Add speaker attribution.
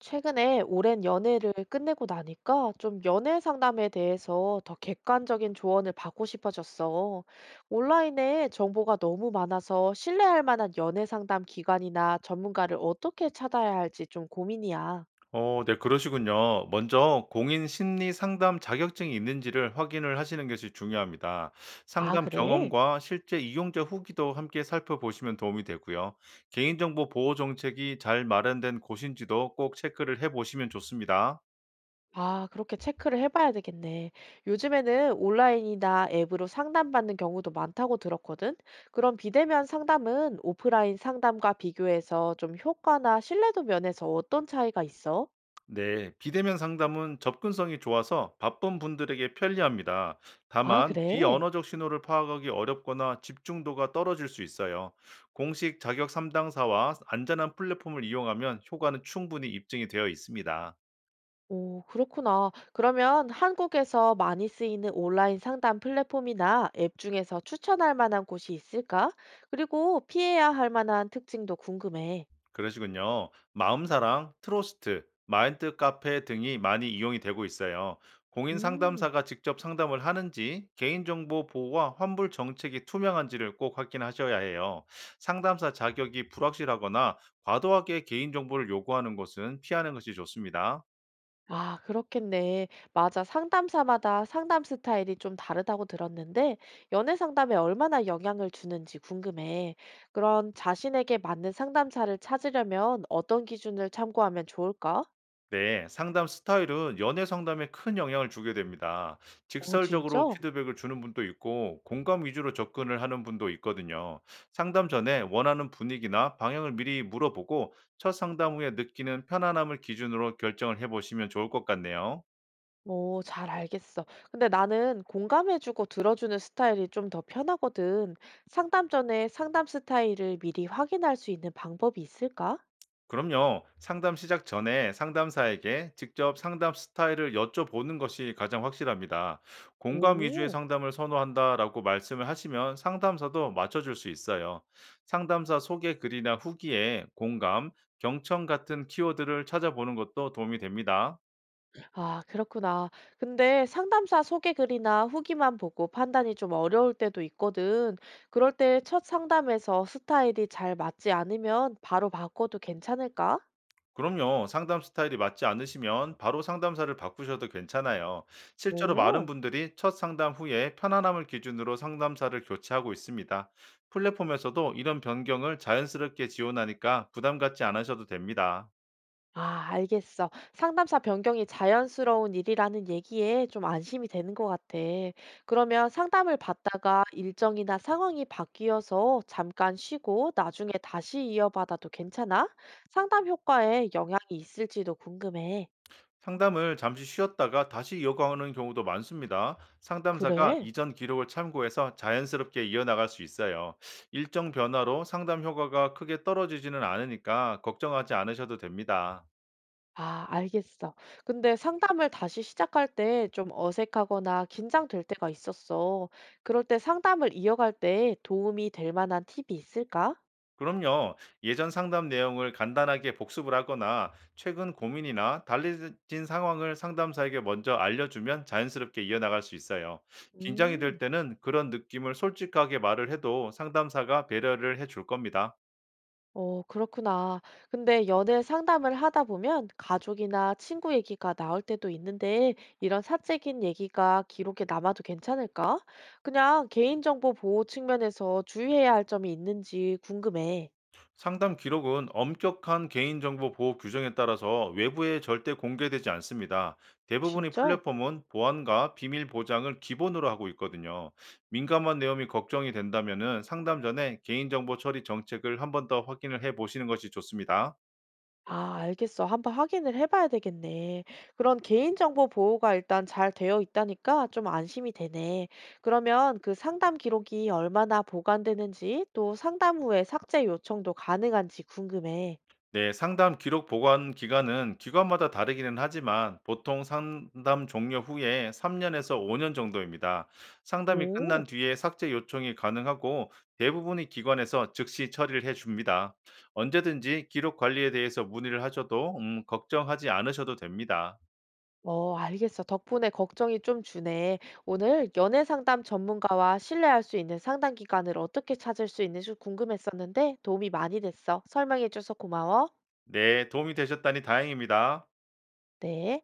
Speaker 1: 최근에 오랜 연애를 끝내고 나니까 좀 연애 상담에 대해서 더 객관적인 조언을 받고 싶어졌어. 온라인에 정보가 너무 많아서 신뢰할 만한 연애 상담 기관이나 전문가를 어떻게 찾아야 할지 좀 고민이야.
Speaker 2: 그러시군요. 먼저 공인 심리 상담 자격증이 있는지를 확인을 하시는 것이 중요합니다.
Speaker 1: 아,
Speaker 2: 상담
Speaker 1: 그래?
Speaker 2: 경험과 실제 이용자 후기도 함께 살펴보시면 도움이 되고요. 개인정보 보호 정책이 잘 마련된 곳인지도 꼭 체크를 해보시면 좋습니다.
Speaker 1: 아, 그렇게 체크를 해봐야 되겠네. 요즘에는 온라인이나 앱으로 상담받는 경우도 많다고 들었거든. 그럼 비대면 상담은 오프라인 상담과 비교해서 좀 효과나 신뢰도 면에서 어떤 차이가 있어?
Speaker 2: 네, 비대면 상담은 접근성이 좋아서 바쁜 분들에게 편리합니다.
Speaker 1: 아
Speaker 2: 다만,
Speaker 1: 그래?
Speaker 2: 비언어적 신호를 파악하기 어렵거나 집중도가 떨어질 수 있어요. 공식 자격 삼당사와 안전한 플랫폼을 이용하면 효과는 충분히 입증이 되어 있습니다.
Speaker 1: 오, 그렇구나. 그러면 한국에서 많이 쓰이는 온라인 상담 플랫폼이나 앱 중에서 추천할 만한 곳이 있을까? 그리고 피해야 할 만한 특징도 궁금해.
Speaker 2: 그러시군요. 마음사랑, 트로스트, 마인드 카페 등이 많이 이용이 되고 있어요. 공인
Speaker 1: 음,
Speaker 2: 상담사가 직접 상담을 하는지, 개인정보 보호와 환불 정책이 투명한지를 꼭 확인하셔야 해요. 상담사 자격이 불확실하거나 과도하게 개인정보를 요구하는 것은 피하는 것이 좋습니다.
Speaker 1: 아, 그렇겠네. 맞아. 상담사마다 상담 스타일이 좀 다르다고 들었는데, 연애 상담에 얼마나 영향을 주는지 궁금해. 그런 자신에게 맞는 상담사를 찾으려면 어떤 기준을 참고하면 좋을까?
Speaker 2: 네, 상담 스타일은 연애 상담에 큰 영향을 주게 됩니다.
Speaker 1: 어,
Speaker 2: 직설적으로
Speaker 1: 진짜?
Speaker 2: 피드백을 주는 분도 있고, 공감 위주로 접근을 하는 분도 있거든요. 상담 전에 원하는 분위기나 방향을 미리 물어보고, 첫 상담 후에 느끼는 편안함을 기준으로 결정을 해보시면 좋을 것 같네요.
Speaker 1: 오, 잘 알겠어. 근데 나는 공감해 주고 들어주는 스타일이 좀 더 편하거든. 상담 전에 상담 스타일을 미리 확인할 수 있는 방법이 있을까?
Speaker 2: 그럼요. 상담 시작 전에 상담사에게 직접 상담 스타일을 여쭤보는 것이 가장 확실합니다. 공감 위주의
Speaker 1: 오,
Speaker 2: 상담을 선호한다라고 말씀을 하시면 상담사도 맞춰줄 수 있어요. 상담사 소개 글이나 후기에 공감, 경청 같은 키워드를 찾아보는 것도 도움이 됩니다.
Speaker 1: 아, 그렇구나. 근데 상담사 소개 글이나 후기만 보고 판단이 좀 어려울 때도 있거든. 그럴 때 첫 상담에서 스타일이 잘 맞지 않으면 바로 바꿔도 괜찮을까?
Speaker 2: 그럼요. 상담 스타일이 맞지 않으시면 바로 상담사를 바꾸셔도 괜찮아요. 실제로 많은
Speaker 1: 오.
Speaker 2: 분들이 첫 상담 후에 편안함을 기준으로 상담사를 교체하고 있습니다. 플랫폼에서도 이런 변경을 자연스럽게 지원하니까 부담 갖지 않으셔도 됩니다.
Speaker 1: 아, 알겠어. 상담사 변경이 자연스러운 일이라는 얘기에 좀 안심이 되는 것 같아. 그러면 상담을 받다가 일정이나 상황이 바뀌어서 잠깐 쉬고 나중에 다시 이어받아도 괜찮아? 상담 효과에 영향이 있을지도 궁금해.
Speaker 2: 상담을 잠시 쉬었다가 다시 이어가는 경우도 많습니다. 상담사가
Speaker 1: 그래?
Speaker 2: 이전 기록을 참고해서 자연스럽게 이어나갈 수 있어요. 일정 변화로 상담 효과가 크게 떨어지지는 않으니까 걱정하지 않으셔도 됩니다.
Speaker 1: 아, 알겠어. 근데 상담을 다시 시작할 때 좀 어색하거나 긴장될 때가 있었어. 그럴 때 상담을 이어갈 때 도움이 될 만한 팁이 있을까?
Speaker 2: 그럼요. 예전 상담 내용을 간단하게 복습을 하거나 최근 고민이나 달라진 상황을 상담사에게 먼저 알려주면 자연스럽게 이어나갈 수 있어요. 긴장이 될
Speaker 1: 음.
Speaker 2: 때는 그런 느낌을 솔직하게 말을 해도 상담사가 배려를 해줄 겁니다.
Speaker 1: 어, 그렇구나. 근데 연애 상담을 하다 보면 가족이나 친구 얘기가 나올 때도 있는데 이런 사적인 얘기가 기록에 남아도 괜찮을까? 그냥 개인정보 보호 측면에서 주의해야 할 점이 있는지 궁금해.
Speaker 2: 상담 기록은 엄격한 개인정보 보호 규정에 따라서 외부에 절대 공개되지 않습니다. 대부분의
Speaker 1: 진짜?
Speaker 2: 플랫폼은 보안과 비밀 보장을 기본으로 하고 있거든요. 민감한 내용이 걱정이 된다면 상담 전에 개인정보 처리 정책을 한번 더 확인을 해 보시는 것이 좋습니다.
Speaker 1: 아, 알겠어. 한번 확인을 해봐야 되겠네. 그런 개인정보 보호가 일단 잘 되어 있다니까 좀 안심이 되네. 그러면 그 상담 기록이 얼마나 보관되는지 또 상담 후에 삭제 요청도 가능한지 궁금해.
Speaker 2: 네, 상담 기록 보관 기간은 기관마다 다르기는 하지만 보통 상담 종료 후에 3년에서 5년 정도입니다. 상담이
Speaker 1: 오.
Speaker 2: 끝난 뒤에 삭제 요청이 가능하고 대부분의 기관에서 즉시 처리를 해줍니다. 언제든지 기록 관리에 대해서 문의를 하셔도 걱정하지 않으셔도 됩니다.
Speaker 1: 어, 알겠어. 덕분에 걱정이 좀 주네. 오늘 연애 상담 전문가와 신뢰할 수 있는 상담 기관을 어떻게 찾을 수 있는지 궁금했었는데 도움이 많이 됐어. 설명해줘서 고마워.
Speaker 2: 네, 도움이 되셨다니 다행입니다.
Speaker 1: 네.